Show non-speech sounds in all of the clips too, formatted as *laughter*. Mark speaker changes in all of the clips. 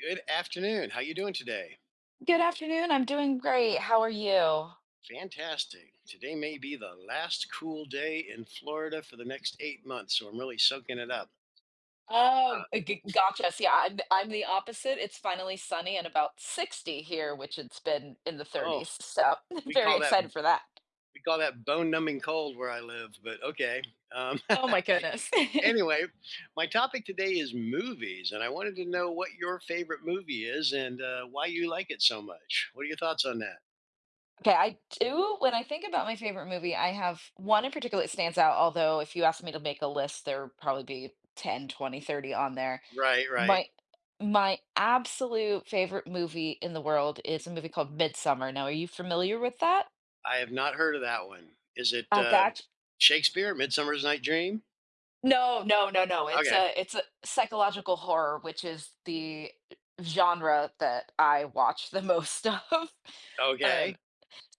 Speaker 1: Good afternoon. How you doing today?
Speaker 2: Good afternoon. I'm doing great. How are you?
Speaker 1: Fantastic. Today may be the last cool day in Florida for the next 8 months, so I'm really soaking it up. Uh,
Speaker 2: Gotcha. So yeah, I'm the opposite. It's finally sunny and about 60 here, which it's been in the
Speaker 1: oh,
Speaker 2: 30s. So *laughs*
Speaker 1: we
Speaker 2: very
Speaker 1: call that
Speaker 2: excited for that.
Speaker 1: we call that bone-numbing cold where I live, but okay. Um,
Speaker 2: Oh my goodness. *laughs*
Speaker 1: *laughs*
Speaker 2: Okay,
Speaker 1: anyway, my topic today is movies, and I wanted to know what your favorite movie is and why you like it so much. What are your thoughts on that?
Speaker 2: I do. When I think about my favorite movie, I have one in particular that stands out. Although if you asked me to make a list, there would probably be 10, 20, 30 on there.
Speaker 1: Right, right.
Speaker 2: My my absolute favorite movie in the world is a movie called Midsummer. Now, are you familiar with that?
Speaker 1: I have not heard of that one. Is it
Speaker 2: I gotcha.
Speaker 1: Shakespeare, Midsummer's Night Dream?
Speaker 2: No, no, no, no. It's
Speaker 1: Okay,
Speaker 2: a it's a psychological horror, which is the genre that I watch the most *laughs* of. Um,
Speaker 1: okay,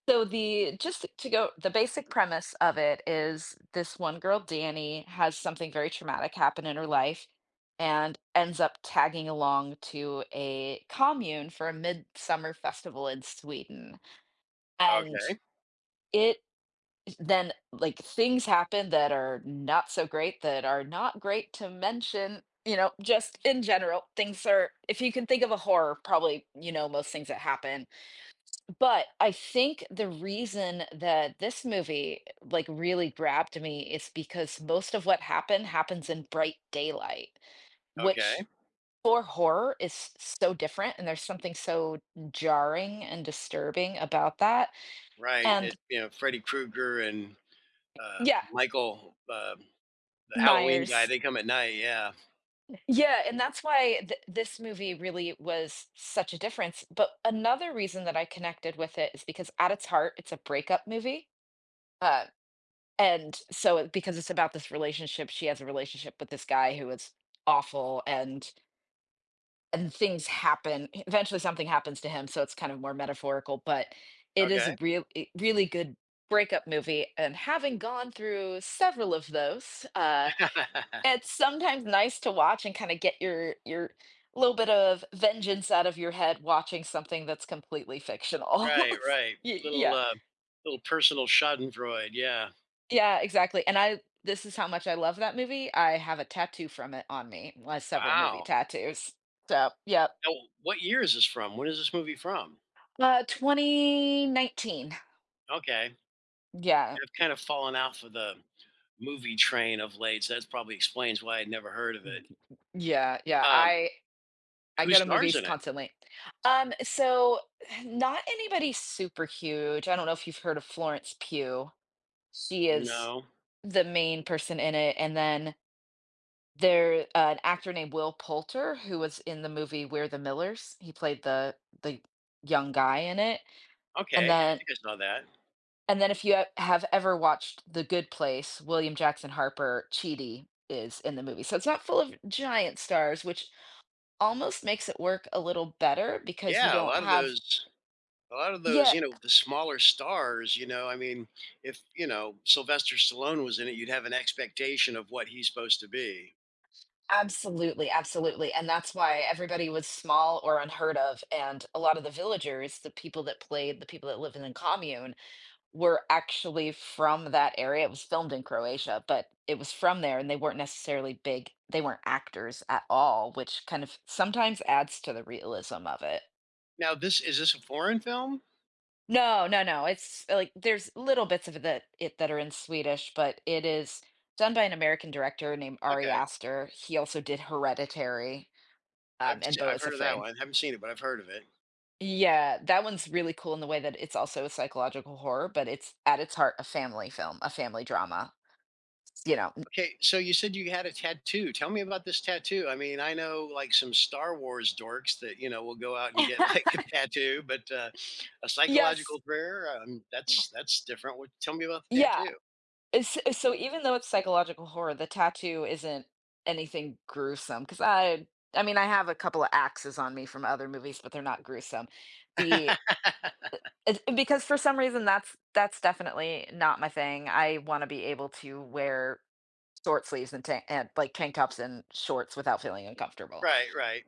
Speaker 2: so the just to go, The basic premise of it is this one girl, Danny, has something very traumatic happen in her life and ends up tagging along to a commune for a midsummer festival in Sweden. And
Speaker 1: okay.
Speaker 2: it Then like things happen that are not so great, that are not great to mention, you know, just in general, things are, if you can think of a horror, probably, you know, most things that happen. But I think the reason that this movie like really grabbed me is because most of what happened happens in bright daylight, which
Speaker 1: Okay.
Speaker 2: for horror is so different, and there's something so jarring and disturbing about that.
Speaker 1: Right.
Speaker 2: And
Speaker 1: Freddy Krueger and,
Speaker 2: yeah
Speaker 1: Michael, the Halloween guy,
Speaker 2: Myers.
Speaker 1: they come at night, yeah.
Speaker 2: Yeah, and that's why th this movie really was such a difference, but another reason that I connected with it is because at its heart, it's a breakup movie, uh, and so it because it's about this relationship. She has a relationship with this guy who is awful, and things happen. Eventually something happens to him, so it's kind of more metaphorical, but it is
Speaker 1: Okay.
Speaker 2: a really good breakup movie, and having gone through several of those, uh,
Speaker 1: *laughs*
Speaker 2: it's sometimes nice to watch and kinda get your little bit of vengeance out of your head watching something that's completely fictional.
Speaker 1: Right,
Speaker 2: *laughs*
Speaker 1: right.
Speaker 2: Y
Speaker 1: Little,
Speaker 2: Yeah.
Speaker 1: little personal schadenfreude, yeah.
Speaker 2: Yeah, exactly, and I this is how much I love that movie. I have a tattoo from it on me. Well, several movie
Speaker 1: Wow.
Speaker 2: tattoos. So, yep.
Speaker 1: Now, what year is this from? When is this movie from?
Speaker 2: 2019.
Speaker 1: Okay.
Speaker 2: Yeah.
Speaker 1: I've kind of fallen off of the movie train of late, so that probably explains why I'd never heard of it.
Speaker 2: Yeah, yeah,
Speaker 1: Um,
Speaker 2: I I
Speaker 1: who
Speaker 2: go to
Speaker 1: stars
Speaker 2: movies
Speaker 1: in it?
Speaker 2: constantly. Um, so, *sighs* Not anybody super huge. I don't know if you've heard of Florence Pugh. She is
Speaker 1: No.
Speaker 2: the main person in it. And then there an actor named Will Poulter, who was in the movie We're the Millers. He played the young guy in it. And
Speaker 1: Okay, I
Speaker 2: then
Speaker 1: think I saw that.
Speaker 2: and then if you have ever watched The Good Place, William Jackson Harper Cheedy is in the movie. So it's not full of giant stars, which almost makes it work a little better because you
Speaker 1: Yeah, a
Speaker 2: don't
Speaker 1: lot of
Speaker 2: have.
Speaker 1: those a lot of those,
Speaker 2: Yeah.
Speaker 1: you know, the smaller stars, you know, I mean, if, you know, Sylvester Stallone was in it, you'd have an expectation of what he's supposed to be.
Speaker 2: Absolutely, absolutely, and that's why everybody was small or unheard of, and a lot of the villagers, the people that played, the people that lived in the commune, were actually from that area. It was filmed in Croatia, but it was from there, and they weren't necessarily big, they weren't actors at all, which kind of sometimes adds to the realism of it.
Speaker 1: Now, this a foreign film?
Speaker 2: No, no, no, it's like there's little bits of it that are in Swedish, but it is done by an American director named Ari
Speaker 1: Okay.
Speaker 2: Aster. He also did Hereditary. Um, and Bo
Speaker 1: I've
Speaker 2: is
Speaker 1: heard of that
Speaker 2: Afraid.
Speaker 1: one. I haven't seen it, but I've heard of it.
Speaker 2: Yeah, that one's really cool in the way that it's also a psychological horror, but it's at its heart a family film, a family drama. You know.
Speaker 1: Okay, so you said you had a tattoo. Tell me about this tattoo. I mean, I know like some Star Wars dorks that, you know, will go out and get *laughs* like a
Speaker 2: *laughs*
Speaker 1: tattoo, but a
Speaker 2: Yes.
Speaker 1: psychological prayer, that's different. What, tell me about the
Speaker 2: Yeah.
Speaker 1: tattoo.
Speaker 2: It's, so even though it's psychological horror, the tattoo isn't anything gruesome because I mean, I have a couple of axes on me from other movies, but they're not gruesome. The
Speaker 1: *laughs*
Speaker 2: it's because for some reason, that's definitely not my thing. I wanna be able to wear short sleeves and tan and, like, tank tops and shorts without feeling uncomfortable.
Speaker 1: Right, right.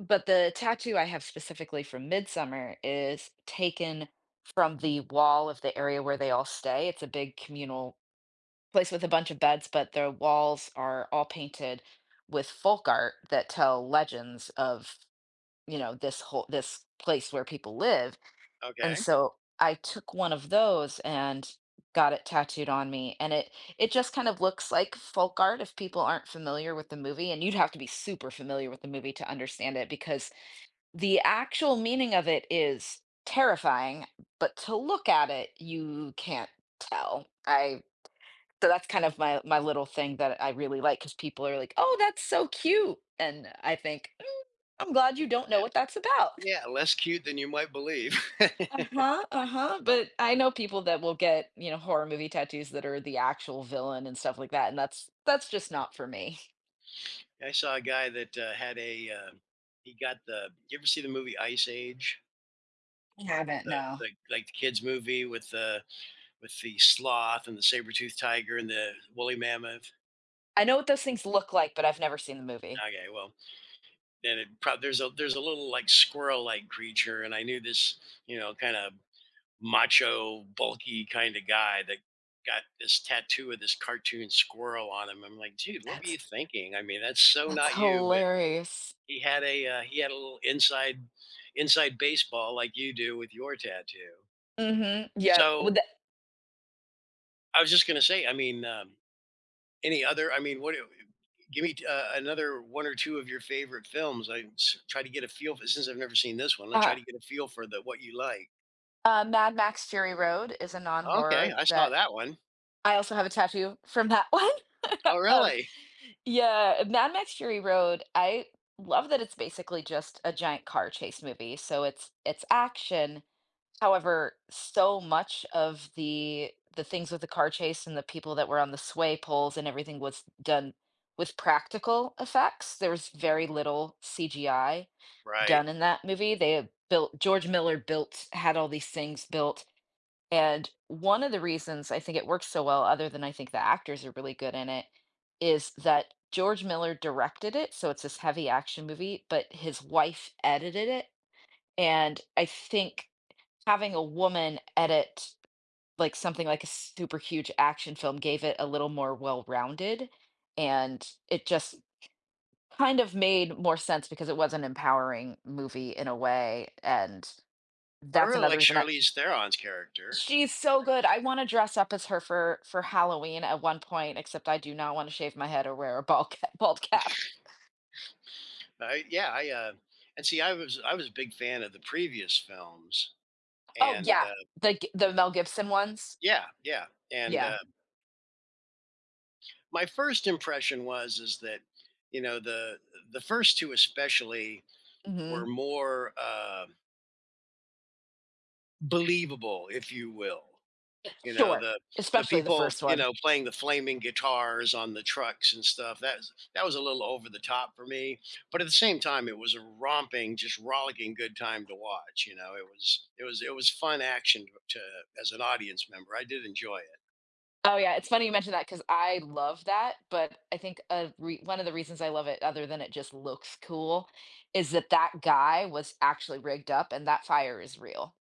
Speaker 2: But the tattoo I have specifically from Midsummer is taken from the wall of the area where they all stay. It's a big communal place with a bunch of beds, but the walls are all painted with folk art that tell legends of, you know, this place where people live, and
Speaker 1: Okay.
Speaker 2: so I took one of those and got it tattooed on me. And it just kind of looks like folk art if people aren't familiar with the movie. And you'd have to be super familiar with the movie to understand it because the actual meaning of it is terrifying, but to look at it, you can't tell. I so That's kind of my little thing that I really like because people are like, "Oh, that's so cute." And I think, "Mm, I'm glad you don't know what that's about."
Speaker 1: Yeah, less cute than you might believe. *laughs*
Speaker 2: Uh-huh, uh-huh, but I know people that will get, you know, horror movie tattoos that are the actual villain and stuff like that, and that's just not for me.
Speaker 1: I saw a guy that, had a, he got the you ever see the movie Ice Age?
Speaker 2: I
Speaker 1: With
Speaker 2: haven't,
Speaker 1: the
Speaker 2: no.
Speaker 1: like the kids movie with the sloth and the saber toothed tiger and the woolly mammoth?
Speaker 2: I know what those things look like, but I've never seen the movie.
Speaker 1: Okay, well, then it probably there's a little, like, squirrel-like creature, and I knew this, you know, kinda macho, bulky kinda guy that got this tattoo of this cartoon squirrel on him. I'm like, "Dude, what were
Speaker 2: That's
Speaker 1: you thinking?" I mean, that's so
Speaker 2: that's
Speaker 1: not you, but
Speaker 2: hilarious.
Speaker 1: he had a little inside baseball like you do with your tattoo.
Speaker 2: Mhm, yep,
Speaker 1: So
Speaker 2: with the
Speaker 1: I was just gonna say, I mean, any other? Give me another one or two of your favorite films. Try to get a feel for since I've never seen this one. I try
Speaker 2: uh
Speaker 1: to get a feel for the what you like.
Speaker 2: uh, Mad Max: Fury Road is a
Speaker 1: Okay,
Speaker 2: non-horror
Speaker 1: I saw
Speaker 2: that
Speaker 1: that one.
Speaker 2: I also have a tattoo from that one. *laughs*
Speaker 1: Oh,
Speaker 2: Um,
Speaker 1: really?
Speaker 2: yeah, Mad Max: Fury Road, I love that it's basically just a giant car chase movie, so it's action. However, so much of the things with the car chase and the people that were on the sway poles and everything was done with practical effects. There was very little CGI done
Speaker 1: Right.
Speaker 2: in that movie. They had built George Miller built had all these things built. And one of the reasons I think it works so well, other than I think the actors are really good in it, is that George Miller directed it. So it's this heavy action movie, but his wife edited it. And I think having a woman edit like something like a super huge action film gave it a little more well-rounded, and it just kind of made more sense because it was an empowering movie in a way, and
Speaker 1: I
Speaker 2: that's
Speaker 1: really
Speaker 2: another
Speaker 1: like
Speaker 2: reason that
Speaker 1: Charlize Theron's character.
Speaker 2: she's so good. I want to dress up as her for Halloween at one point, except I do not want to shave my head or wear bald cap.
Speaker 1: I, yeah, I and see, I was a big fan of the previous films,
Speaker 2: Oh
Speaker 1: and
Speaker 2: yeah, the Mel Gibson ones.
Speaker 1: yeah, yeah, and
Speaker 2: Yeah.
Speaker 1: my first impression was is that you know the first two especially were
Speaker 2: Hmm.
Speaker 1: more believable, if you will. You know
Speaker 2: Sure,
Speaker 1: the
Speaker 2: especially the
Speaker 1: people
Speaker 2: first
Speaker 1: you
Speaker 2: one.
Speaker 1: know playing the flaming guitars on the trucks and stuff. That was a little over the top for me, but at the same time, it was a romping, just rollicking good time to watch. You know, it was fun action to as an audience member. I did enjoy it.
Speaker 2: Oh, yeah, it's funny you mentioned that because I love that, but I think a re one of the reasons I love it, other than it just looks cool, is that that guy was actually rigged up and that fire is real.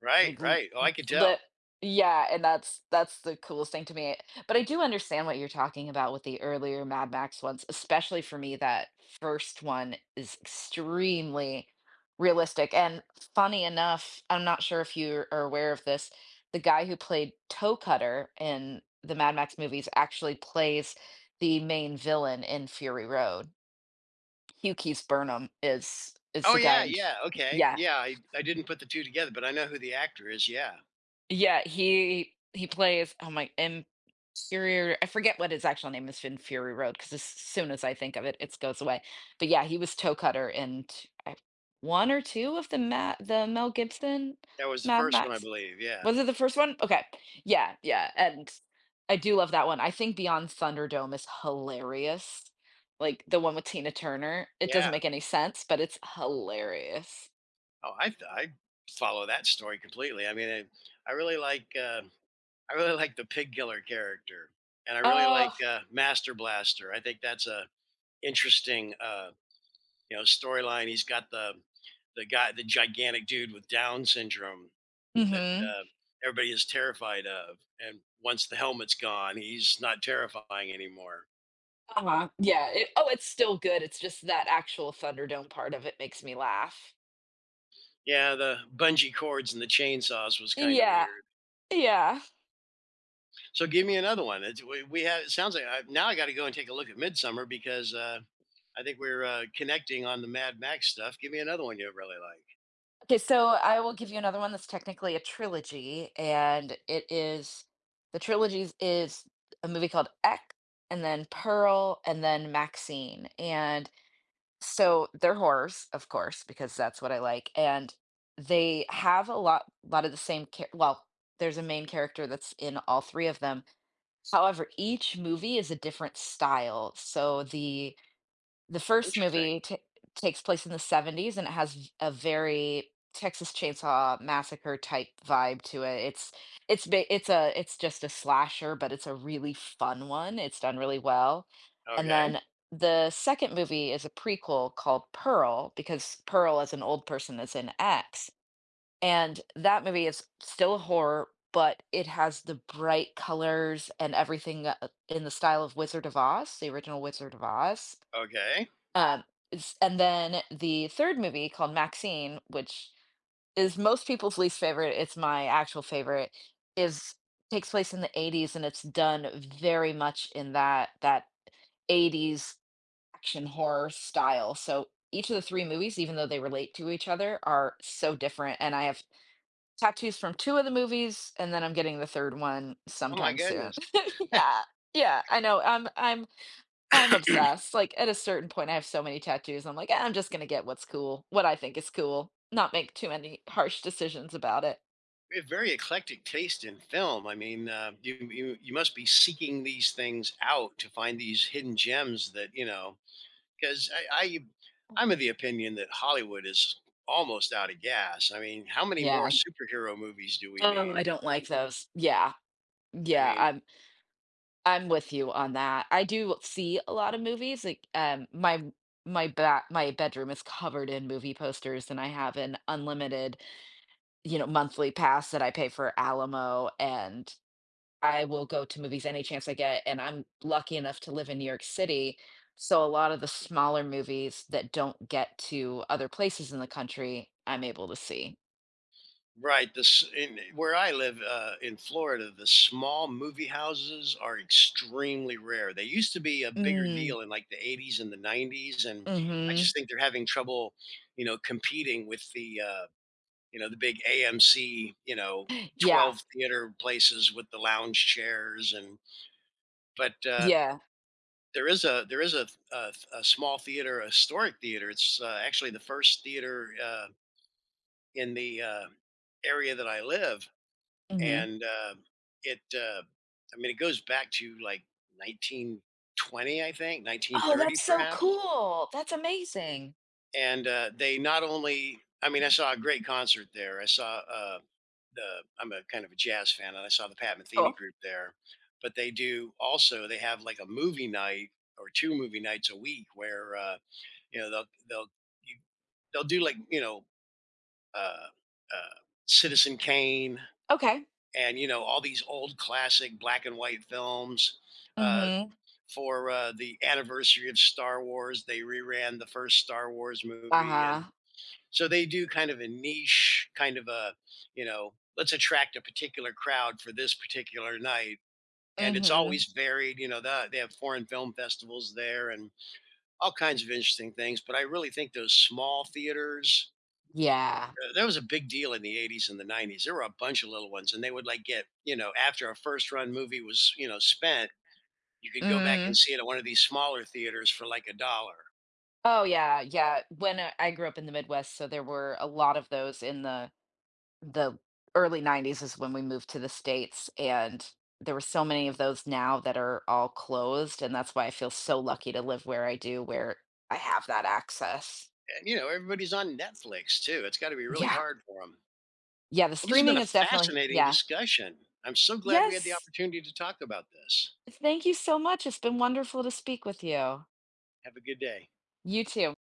Speaker 1: Right,
Speaker 2: Like l
Speaker 1: right. Oh, I
Speaker 2: l
Speaker 1: could
Speaker 2: le
Speaker 1: tell.
Speaker 2: Yeah, and that's the coolest thing to me, but I do understand what you're talking about with the earlier Mad Max ones. Especially for me, that first one is extremely realistic, and funny enough, I'm not sure if you are aware of this, the guy who played Toe Cutter in the Mad Max movies actually plays the main villain in Fury Road. Hugh Keece Burnham is
Speaker 1: Oh
Speaker 2: the guy
Speaker 1: yeah,
Speaker 2: in.
Speaker 1: yeah, okay.
Speaker 2: Yeah.
Speaker 1: Yeah, I didn't put the 2 together, but I know who the actor is, yeah.
Speaker 2: Yeah, he plays, oh my, Infuriator, I forget what his actual name is in Fury Road, because as soon as I think of it, it goes away. But yeah, he was Toe Cutter in t I 1 or 2 of the Mel Gibson
Speaker 1: That was the
Speaker 2: Mad
Speaker 1: first one, I
Speaker 2: Max.
Speaker 1: believe, yeah.
Speaker 2: Was it the first one? Okay. Yeah, yeah, and I do love that one. I think Beyond Thunderdome is hilarious. Like, the one with Tina Turner, it doesn't
Speaker 1: Yeah.
Speaker 2: make any sense, but it's hilarious.
Speaker 1: Oh, I follow that story completely. I really like, I really like the pig killer character, and I really
Speaker 2: Oh,
Speaker 1: like, Master Blaster. I think that's a interesting, you know, storyline. He's got the guy, the gigantic dude with Down syndrome that,
Speaker 2: mhm.
Speaker 1: uh, everybody is terrified of, and once the helmet's gone, he's not terrifying anymore.
Speaker 2: Uh-huh. Yeah. It, oh, it's still good. It's just that actual Thunderdome part of it makes me laugh.
Speaker 1: Yeah, the bungee cords and the chainsaws was kind of
Speaker 2: Yeah.
Speaker 1: weird.
Speaker 2: Yeah.
Speaker 1: So give me another one. It's, we have. It sounds like now I got to go and take a look at Midsummer because I think we're connecting on the Mad Max stuff. Give me another one you really like.
Speaker 2: Okay, so I will give you another one that's technically a trilogy, and it is the trilogies is a movie called X, and then Pearl, and then Maxine. And so they're horrors, of course, because that's what I like. And they have a lot, lot of the same care. Well, there's a main character that's in all three of them. However, each movie is a different style. So the first
Speaker 1: Interesting.
Speaker 2: movie ta takes place in the 70s, and it has a very Texas Chainsaw Massacre type vibe to it. It's just a slasher, but it's a really fun one. It's done really well. And
Speaker 1: Okay.
Speaker 2: then the second movie is a prequel called Pearl, because Pearl as an old person is in X. And that movie is still a horror, but it has the bright colors and everything, in the style of Wizard of Oz, the original Wizard of Oz.
Speaker 1: Okay.
Speaker 2: Um, and then the third movie, called Maxine, which is most people's least favorite, it's my actual favorite, is takes place in the 80s and it's done very much in that 80s action horror style. So each of the three movies, even though they relate to each other, are so different. And I have tattoos from two of the movies, and then I'm getting the third one
Speaker 1: Oh my
Speaker 2: sometime soon.
Speaker 1: goodness.
Speaker 2: *laughs* Yeah. Yeah, I know. I'm obsessed. Like at a certain point I have so many tattoos. I'm like, "Ah, I'm just gonna get what's cool, what I think is cool, not make too many harsh decisions about it."
Speaker 1: We have very eclectic taste in film. I mean, you must be seeking these things out to find these hidden gems that you know because I, I I'm of the opinion that Hollywood is almost out of gas. I mean, how many
Speaker 2: Yeah.
Speaker 1: more superhero movies do we
Speaker 2: Oh,
Speaker 1: need?
Speaker 2: I don't like those. Yeah.
Speaker 1: I
Speaker 2: Yeah,
Speaker 1: mean,
Speaker 2: I'm I'm with you on that. I do see a lot of movies. My back my bedroom is covered in movie posters, and I have an unlimited, you know, monthly pass that I pay for Alamo, and I will go to movies any chance I get. And I'm lucky enough to live in New York City. So a lot of the smaller movies that don't get to other places in the country, I'm able to see.
Speaker 1: right? This in where I live in Florida, the small movie houses are extremely rare. They used to be a bigger
Speaker 2: Mm,
Speaker 1: deal in like the 80s and the 90s, and I
Speaker 2: mm-hmm.
Speaker 1: just think they're having trouble, you know, competing with the you know the big AMC, you know.
Speaker 2: *gasps* Yeah.
Speaker 1: 12 theater places with the lounge chairs and but
Speaker 2: Yeah.
Speaker 1: there is a small theater, a historic theater. It's actually the first theater in the area that I live,
Speaker 2: Mm-hmm.
Speaker 1: and it I mean it goes back to like 1920, I think
Speaker 2: Oh,
Speaker 1: 1930
Speaker 2: that's so
Speaker 1: perhaps.
Speaker 2: cool. That's amazing.
Speaker 1: And they not only I mean I saw a great concert there. I saw the I'm a kind of a jazz fan, and I saw the Pat Metheny
Speaker 2: Cool.
Speaker 1: group there. But they do also they have like a movie night or two movie nights a week where you know, you, they'll do like you know uh, uh, Citizen Kane
Speaker 2: Okay.
Speaker 1: and you know all these old classic black and white films. Uh,
Speaker 2: Mm-hmm.
Speaker 1: for the anniversary of Star Wars, they reran the first Star Wars movie, and
Speaker 2: Uh-huh.
Speaker 1: so they do kind of a niche, kind of a you know, let's attract a particular crowd for this particular night. And it's
Speaker 2: Mm-hmm.
Speaker 1: always varied, you know. They have foreign film festivals there, and all kinds of interesting things. But I really think those small theaters
Speaker 2: Yeah.
Speaker 1: That was a big deal in the 80s and the 90s. There were a bunch of little ones, and they would like get, you know, after a first run movie was, you know, spent, you could go back and
Speaker 2: Mm.
Speaker 1: see it at one of these smaller theaters for like a dollar.
Speaker 2: Oh yeah, yeah. When I grew up in the Midwest, so there were a lot of those in the early 90s is when we moved to the States, and there were so many of those now that are all closed, and that's why I feel so lucky to live where I do, where I have that access.
Speaker 1: And, you know, everybody's on Netflix too. It's got to be really
Speaker 2: Yeah.
Speaker 1: hard for them.
Speaker 2: Yeah, the
Speaker 1: Well, this has been
Speaker 2: streaming
Speaker 1: a
Speaker 2: is definitely
Speaker 1: fascinating
Speaker 2: yeah.
Speaker 1: discussion. I'm so glad we had the
Speaker 2: Yes.
Speaker 1: opportunity to talk about this.
Speaker 2: Thank you so much. It's been wonderful to speak with you.
Speaker 1: Have a good day.
Speaker 2: You too.